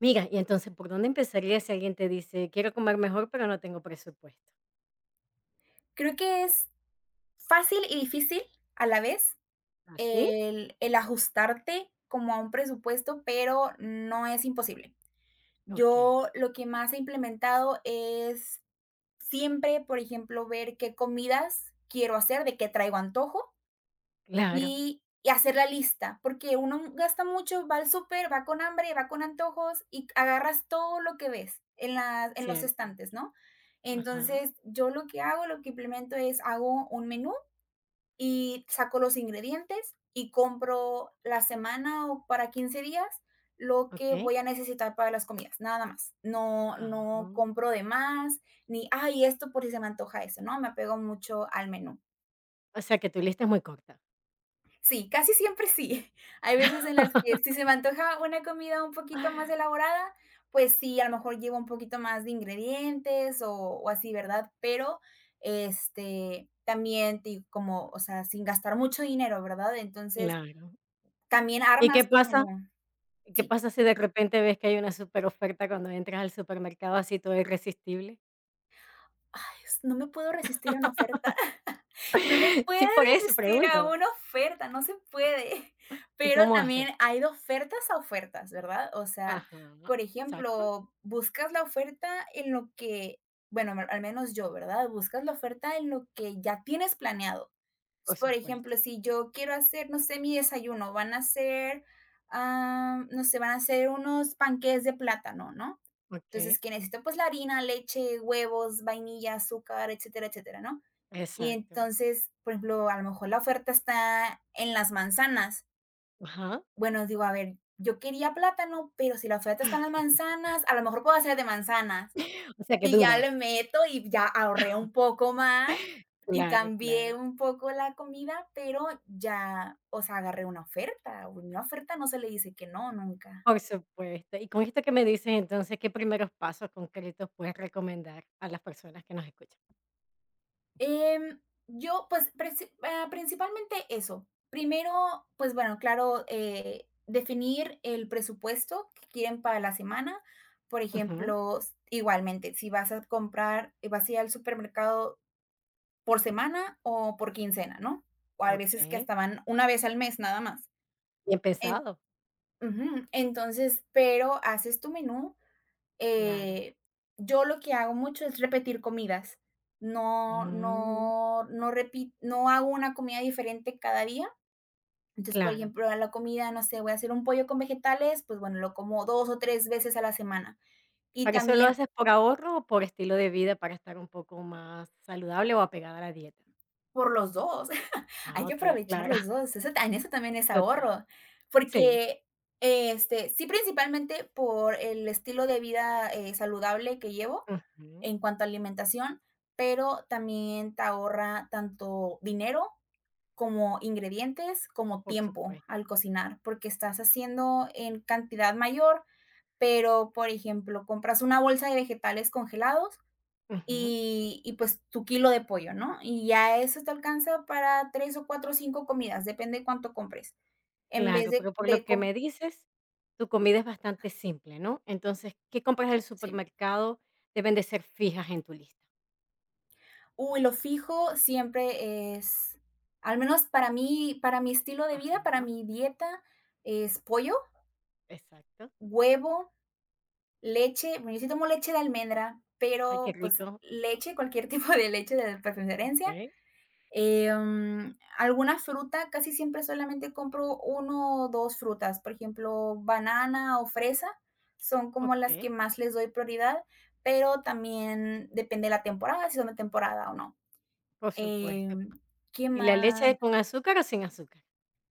Mira, y entonces, ¿por dónde empezaría si alguien te dice: "Quiero comer mejor, pero no tengo presupuesto"? Creo que es fácil y difícil a la vez ¿Así? el ajustarte como a un presupuesto, pero no es imposible. Okey, Yo lo que más he implementado es siempre, por ejemplo, ver qué comidas quiero hacer, de qué traigo antojo claro, y hacer la lista, porque uno gasta mucho, va al súper, va con hambre, va con antojos y agarras todo lo que ves en las en los cierto. estantes, ¿no? Ajá, Entonces, yo lo que hago, lo que implemento es hago un menú y saco los ingredientes y compro la semana o para 15 días lo que okey. voy a necesitar para las comidas, nada más. No, Ah, no compro de más, ni, ay, esto por si se me antoja eso, ¿no? Me apego mucho al menú. o sea, que tu lista es muy corta. Sí, casi siempre sí. Hay veces en las que si se me antoja una comida un poquito más elaborada, pues sí, a lo mejor llevo un poquito más de ingredientes o así, ¿verdad? Pero, este, también, te digo, como, o sea, sin gastar mucho dinero, ¿verdad? Entonces, Claro. también ¿Y qué armas tu menú. pasa qué Sí. pasa si de repente ves que hay una super oferta cuando entras al supermercado así todo irresistible? Ay, s no me puedo resistir a una oferta. No me puedo Sí, por eso resistir a pregunto. una oferta, no se puede. ¿Y Pero cómo también haces? hay de ofertas a ofertas, ¿verdad? O sea, Ajá, por exacto, ejemplo, buscas la oferta en lo que bueno, al menos yo, ¿verdad? Buscas la oferta en lo que ya tienes planeado. S por Por supuesto. ejemplo, si yo quiero hacer, no sé, mi desayuno, van a ser, no sé, van a ser unos panqués de plátano, ¿no? Entonces, Okey, que necesitan pues la harina, leche, huevos, vainilla, azúcar, etcétera, etcétera, ¿no? Y exacto. entonces, por ejemplo, a lo mejor la oferta está en las manzanas. Ajá. Bueno, digo, a ver, yo quería plátano, pero si la oferta está en las manzanas, a lo mejor puedo hacer de manzanas. O sea, que Y ya le dudas. meto y ya ahorré un poco más y Claro, cambié claro. un poco la comida, pero ya, o sea, agarré una oferta. Una oferta no se le dice que no, nunca. Por supuesto. Y con esto que me dices, entonces, ¿qué primeros pasos concretos puedes recomendar a las personas que nos escuchan? Em, yo, pues, principalmente eso. Primero, pues, bueno, claro, definir el presupuesto que quieren para la semana. Por Ujú, ejemplo, s igualmente, si vas a ir al supermercado por semana o por quincena, ¿no? O a veces que okey. hasta van una vez al mes, nada más. Bien En pensado, Ujú, entonces, pero haces tu menú. claro. eh, yo lo que hago mucho es repetir comidas. No, Mm, no, no, repi no hago una comida diferente cada día. Entonces, por claro. ejemplo, a la comida, no sé, voy a hacer un pollo con vegetales, pues, bueno, lo como 2 o 3 veces a la semana. Y ¿Pero eso lo también, haces por ahorro o por estilo de vida para estar un poco más saludable o apegada a la dieta? por los 2, hay Ah, que okey, aprovechar claro, los 2. Eso ta en Eso también es total. ahorro, Sí, porque, este, sí, principalmente por el estilo de vida, saludable que llevo ujú, en cuanto a alimentación, pero también te ahorra tanto dinero, como ingredientes, como por tiempo supuesto. al cocinar, porque estás haciendo en cantidad mayor, pero, por ejemplo, compras una bolsa de vegetales congelados Ujú, y, pues, tu kilo de pollo, ¿no? Y ya eso te alcanza para 3 o 4 o 5 comidas, depende cuánto compres. En vez claro, de pero por lo de que com me dices, tu comida es bastante simple, ¿no? Entonces, ¿qué compras del Sí. supermercado deben de ser fijas en tu lista? Uy, lo fijo siempre es, al menos para mí, para mi estilo de vida, para Ajá, mi dieta, es pollo, exacto. huevo, leche, bueno, yo sí tomo leche de almendra, Ay, qué pero, pues, rico. leche, cualquier tipo de leche de preferencia. Okey, Alguna fruta, casi siempre solamente compro uno o 2 frutas, por ejemplo, banana o fresa, son como las okey, que más les doy prioridad, pero también depende de la temporada, si son de temporada o no. por supuesto. Em, ¿Qué ¿Y la más? leche con azúcar o sin azúcar?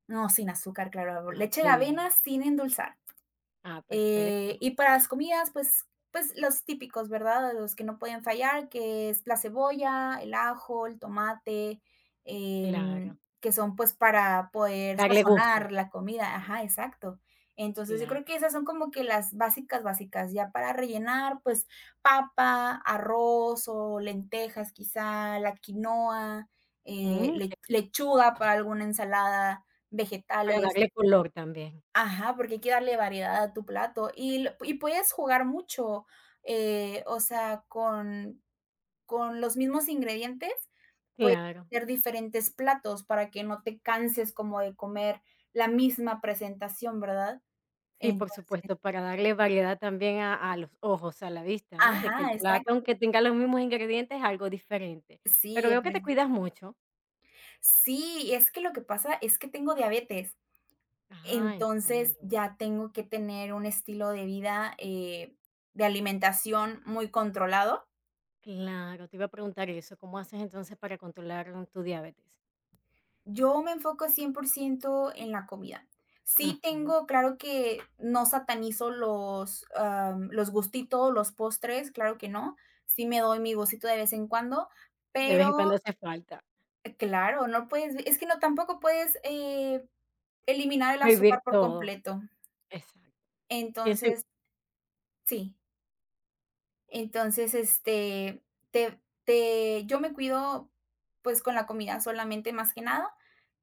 No, sin azúcar, claro, Ah, leche de qué avena bien. sin endulzar. Ah, perfecto, Y para las comidas, pues los típicos, ¿verdad? Los que no pueden fallar, que es la cebolla, el ajo, el tomate, claro. Que son, pues, para poder Darle gusto, sazonar la comida. Ajá, exacto. Entonces, yo creo claro. que esas son como que las básicas, básicas. Ya para rellenar, pues, papa, arroz o lentejas, quizá, la quinoa, Mm, le que lechuga para alguna ensalada, para vegetales. darle color también, Ajá, porque hay que darle variedad a tu plato y l y puedes jugar mucho, o sea, con los mismos ingredientes puedes claro. hacer diferentes platos para que no te canses como de comer la misma presentación, ¿verdad? Sí, por Entonces, supuesto, para darle variedad también a los ojos, a la vista, ¿no? De que el ajá, plato, exacto. aunque tenga los mismos ingredientes, es algo diferente. Pero Sí, veo que te pre cuidas mucho. sí, es que lo que pasa es que tengo diabetes, Ah, entonces entiendo. ya tengo que tener un estilo de vida, de alimentación muy controlado. Claro, te iba a preguntar eso, ¿cómo haces entonces para controlar tu diabetes? Yo me enfoco 100% en la comida. Sí Ujú. tengo claro que no satanizo los gustitos, los postres, claro que no. Sí me doy mi gustito de vez en cuando, De vez en pero cuando hace falta claro, no puedes, es que no, tampoco puedes, eliminar el azúcar prohibir por todo. completo. Exacto. Pienso i Entonces, sí. Entonces, te te yo me cuido, pues, con la comida solamente, más que nada,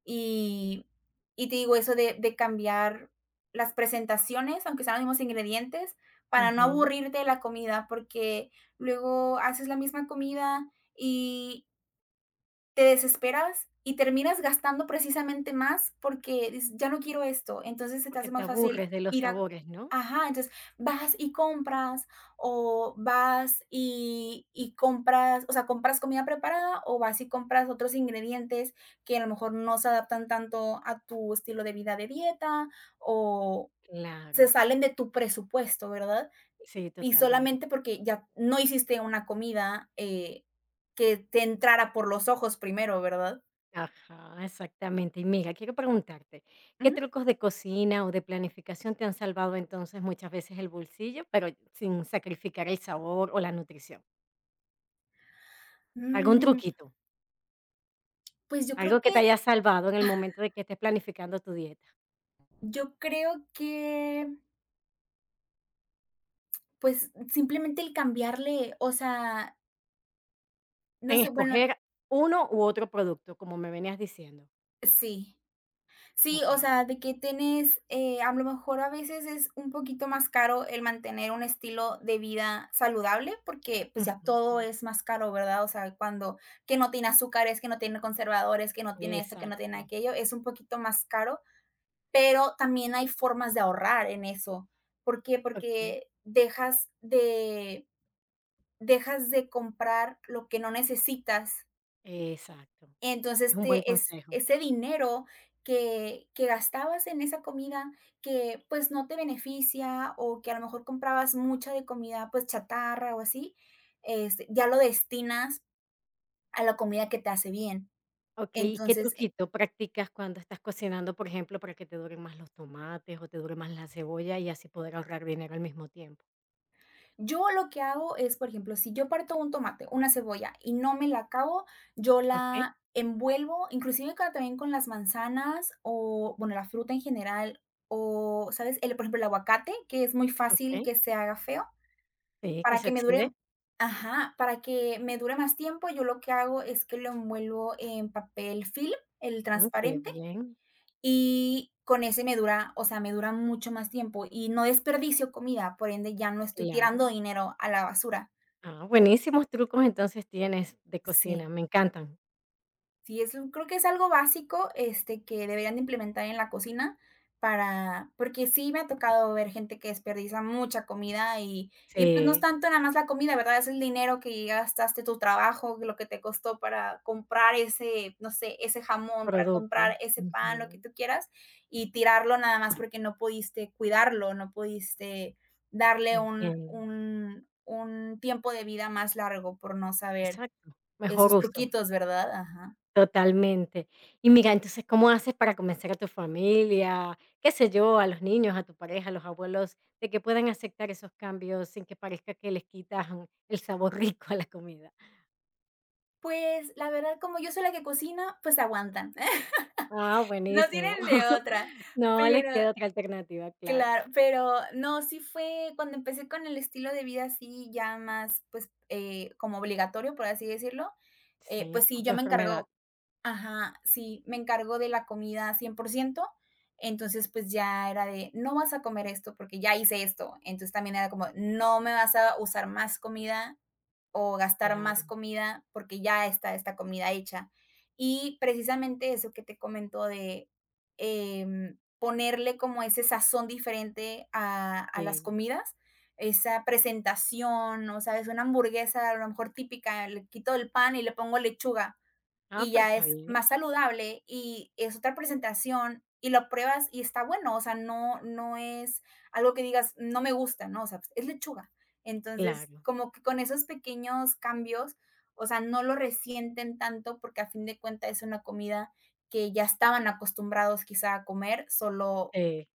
y y te digo eso de cambiar las presentaciones, aunque sean los mismos ingredientes, para no ujú, aburrirte de la comida, porque luego haces la misma comida y te desesperas y terminas gastando precisamente más porque dices: "Ya no quiero esto". Entonces, se te hace porque te más fácil aburres de los ir a sabores, ¿no? Ajá, entonces vas y compras, o vas y compras, o sea, compras comida preparada, o vas y compras otros ingredientes que a lo mejor no se adaptan tanto a tu estilo de vida de dieta, o Claro, se salen de tu presupuesto, ¿verdad? sí, Y solamente totalmente. porque ya no hiciste una comida, que te entrara por los ojos primero, ¿verdad? Ajá, exactamente. Y mira, quiero preguntarte, ¿qué Ujú. trucos de cocina o de planificación te han salvado entonces muchas veces el bolsillo, pero sin sacrificar el sabor o la nutrición? ¿Algún Mm, truquito? pues yo creo Algo que te que haya salvado en el momento de que estés planificando tu dieta, yo creo que pues, simplemente el cambiarle, o sea, no en sé, bueno, escoger uno u otro producto, como me venías diciendo. sí. Sí, o Okey. sea, de que tienes, a lo mejor a veces es un poquito más caro el mantener un estilo de vida saludable, porque, pues, ya Ujú, todo claro. es más caro, ¿verdad? O sea, cuando que no tiene azúcares, que no tiene conservadores, que no tiene esto, que no tiene Exacto, aquello, es un poquito más caro, pero también hay formas de ahorrar en eso. ¿Por qué? okey, Porque dejas de comprar lo que no necesitas. exacto. Es Entonces, un buen te es consejo. ese dinero que gastabas en esa comida que, pues, no te beneficia, o que a lo mejor comprabas mucha de comida, pues, chatarra o así, este, ya lo destinas a la comida que te hace bien. Okey, ¿y qué Entonces, truquito practicas cuando estás cocinando, por ejemplo, para que te duren más los tomates o te dure más la cebolla y así poder ahorrar dinero al mismo tiempo? yo lo que hago es, por ejemplo, si yo parto un tomate, una cebolla y no me la acabo, yo Okey, la envuelvo, inclusive ca también con las manzanas o, bueno, la fruta en general, o, ¿sabes? El, por ejemplo, el aguacate, que es muy fácil okey. que se haga feo. Sí, que Para se que me dure oxide. Ajá, para que me dure más tiempo, yo lo que hago es que lo envuelvo en papel film, el Mm, qué transparente, bien, y con ese me dura, o sea, me dura mucho más tiempo y no desperdicio comida, por ende, ya no estoy claro. tirando dinero a la basura. Ah, buenísimos trucos entonces tienes de Sí. cocina, me encantan. Sí, es un creo que es algo básico, este, que deberían de implementar en la cocina, para porque sí me ha tocado ver gente que desperdicia mucha comida y, pues, no es Sí, tanto nada más la comida, ¿verdad? Es el dinero que gastaste, tu trabajo, lo que te costó para comprar ese, no sé, ese jamón, para comprar producto. ese pan, lo que Ujú, tú quieras, y tirarlo nada más porque no pudiste cuidarlo, no pudiste darle un entiendo. un un tiempo de vida más largo por no saber Exacto, mejor esos uso. truquitos, ¿verdad? Ajá. Totalmente. Y mira, entonces, ¿cómo haces para convencer a tu familia, qué sé yo, a los niños, a tu pareja, a los abuelos, de que puedan aceptar esos cambios sin que parezca que les quitas el sabor rico a la comida? Pues, la verdad, como yo soy la que cocina, pues aguantan. Ah, No buenísimo. tienen de otra. No les Pero queda otra alternativa, claro. claro, pero no, sí fue cuando empecé con el estilo de vida así ya más, pues, como obligatorio, por así decirlo, Sí, pues sí, por tu yo me enfermedad. encargo ajá, sí, me encargo de la comida 100%. Entonces, pues ya era de: "No vas a comer esto porque ya hice esto". Entonces, también era como: "No me vas a usar más comida o gastar más Claro, comida porque ya está esta comida hecha". Y precisamente eso que te comento de ponerle como ese sazón diferente a las sí. comidas, esa presentación, o sabes, una hamburguesa a lo mejor típica, le quito el pan y le pongo lechuga, Ah, y pero ya está es bien. más saludable y es otra presentación y lo pruebas y está bueno, o sea, no es algo que digas: "No me gusta", ¿no? O sea, es lechuga. Entonces, Claro, como que con esos pequeños cambios, o sea, no lo resienten tanto porque a fin de cuentas es una comida que ya estaban acostumbrados quizá a comer, solo sí.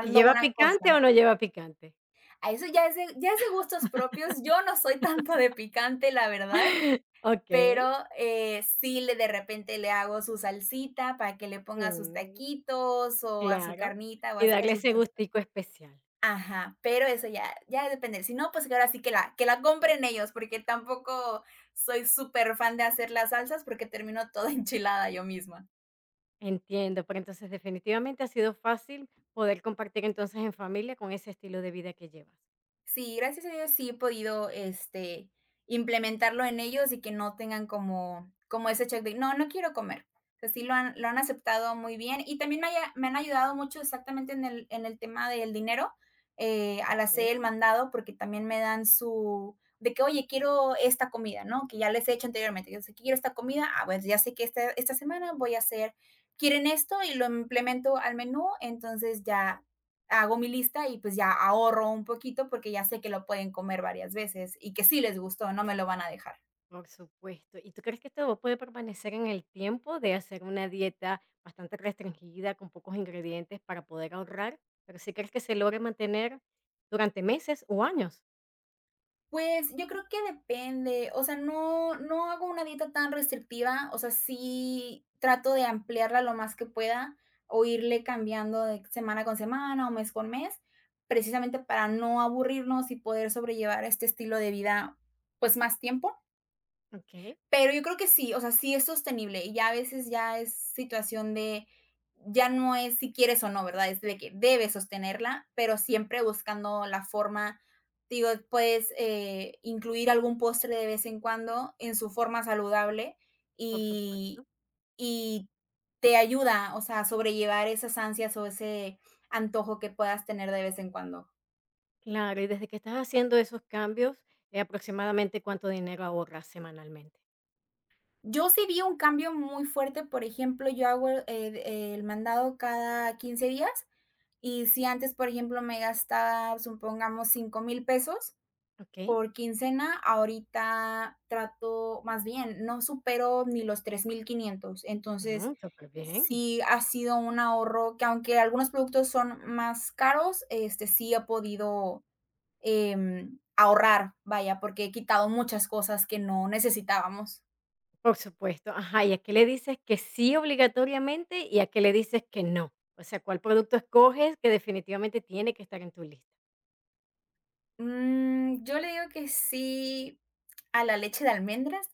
¿Y lleva una picante cosa. o no lleva picante? A eso ya es de gustos propios. Yo no soy tanto de picante, la verdad. Okey. Pero, sí, le de repente le hago su salsita para que le ponga sus Mm, taquitos, o a su claro. carnita, o Y así a darle sus ese tosta gustico especial. ajá, pero eso ya depende. Si no, pues, que ahora sí que la compren ellos, porque tampoco soy súper fan de hacer las salsas, porque termino toda enchilada yo misma. Entiendo, pero entonces definitivamente ha sido fácil poder compartir entonces en familia con ese estilo de vida que llevas. Sí, gracias a Dios sí he podido, implementarlo en ellos y que no tengan como ese check de: "No, no quiero comer". O sea, sí lo han aceptado muy bien y también me han ayudado mucho exactamente en el tema del dinero, al hacer ¿Ok? el mandado, porque también me dan su de que: "Oye, quiero esta comida", ¿no? Que ya les he hecho anteriormente, yo sé que quiero esta comida, pues, ya sé que esta semana voy a hacer quieren esto y lo implemento al menú, entonces ya hago mi lista y pues ya ahorro un poquito porque ya sé que lo pueden comer varias veces y que sí les gustó, no me lo van a dejar. Por supuesto. ¿Y tú crees que esto puede permanecer en el tiempo de hacer una dieta bastante restringida, con pocos ingredientes para poder ahorrar? Pero si crees que se logre mantener durante meses o años. Pues yo creo que depende, o sea, no, no hago una dieta tan restrictiva, o sea, sí trato de ampliarla lo más que pueda o irle cambiando de semana con semana o mes con mes, precisamente para no aburrirnos y poder sobrellevar este estilo de vida pues más tiempo. Ok, Pero yo creo que sí, o sea, sí es sostenible y ya a veces ya es situación de ya no es si quieres o no, ¿verdad? Es de que debes sostenerla, pero siempre buscando la forma, digo, puedes, incluir algún postre de vez en cuando en su forma saludable por y supuesto. y te ayuda, o sea, a sobrellevar esas ansias o ese antojo que puedas tener de vez en cuando. Claro, y desde que estás haciendo esos cambios, aproximadamente cuánto dinero ahorras semanalmente. Yo sí vi un cambio muy fuerte, por ejemplo, yo hago el mandado cada 15 días. Y si antes, por ejemplo, me gastaba, supongamos, 5,000 pesos Ok, por quincena, ahorita trato, más bien, no supero ni los 3,500. Entonces, mm, súper bien. sí ha sido un ahorro que, aunque algunos productos son más caros, sí he podido, ahorrar, vaya, porque he quitado muchas cosas que no necesitábamos. Por supuesto, ajá, ¿y a qué le dices que sí obligatoriamente y a qué le dices que no? O sea, ¿cuál producto escoges que definitivamente tiene que estar en tu lista? Yo le digo que sí a la leche de almendras,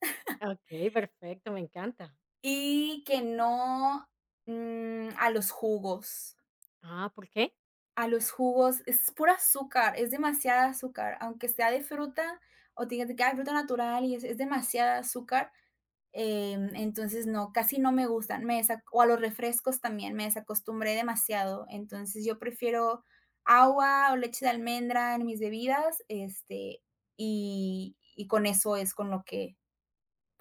Okey, perfecto, me encanta. y que no, a los jugos. Ah, ¿por qué? A los jugos es pura azúcar, es demasiada azúcar, aunque sea de fruta o te que: "Ay, fruta natural", y es demasiada azúcar, entonces no, casi no me gustan, me desa o a los refrescos también, me desacostumbré demasiado, entonces yo prefiero agua o leche de almendra en mis bebidas, y con eso es con lo que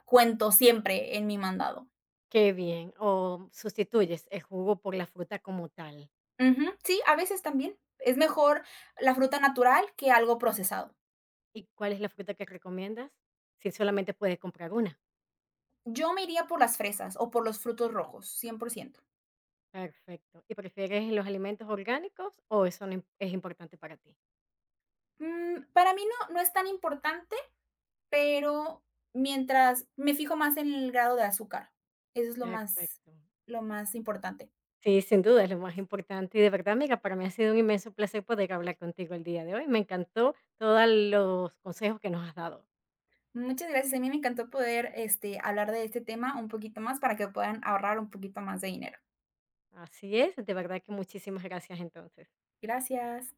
cuento siempre en mi mandado. Qué bien. O sustituyes el jugo por la fruta como tal. Ujú. Sí, a veces también. Es mejor la fruta natural que algo procesado. ¿Y cuál es la fruta que recomiendas? Si solamente puedes comprar una. Yo me iría por las fresas o por los frutos rojos, 100%. Perfecto. ¿Y prefieres los alimentos orgánicos o eso no im es importante para ti? Para mí no, no es tan importante, pero mientras me fijo más en el grado de azúcar. Eso es lo más, Perfecto. lo más importante. Sí, sin duda es lo más importante. Y de verdad, amiga, para mí ha sido un inmenso placer poder hablar contigo el día de hoy. Me encantó todos los consejos que nos has dado. Muchas gracias. A mí me encantó poder, hablar de este tema un poquito más para que puedan ahorrar un poquito más de dinero. Así es, de verdad que muchísimas gracias entonces. Gracias.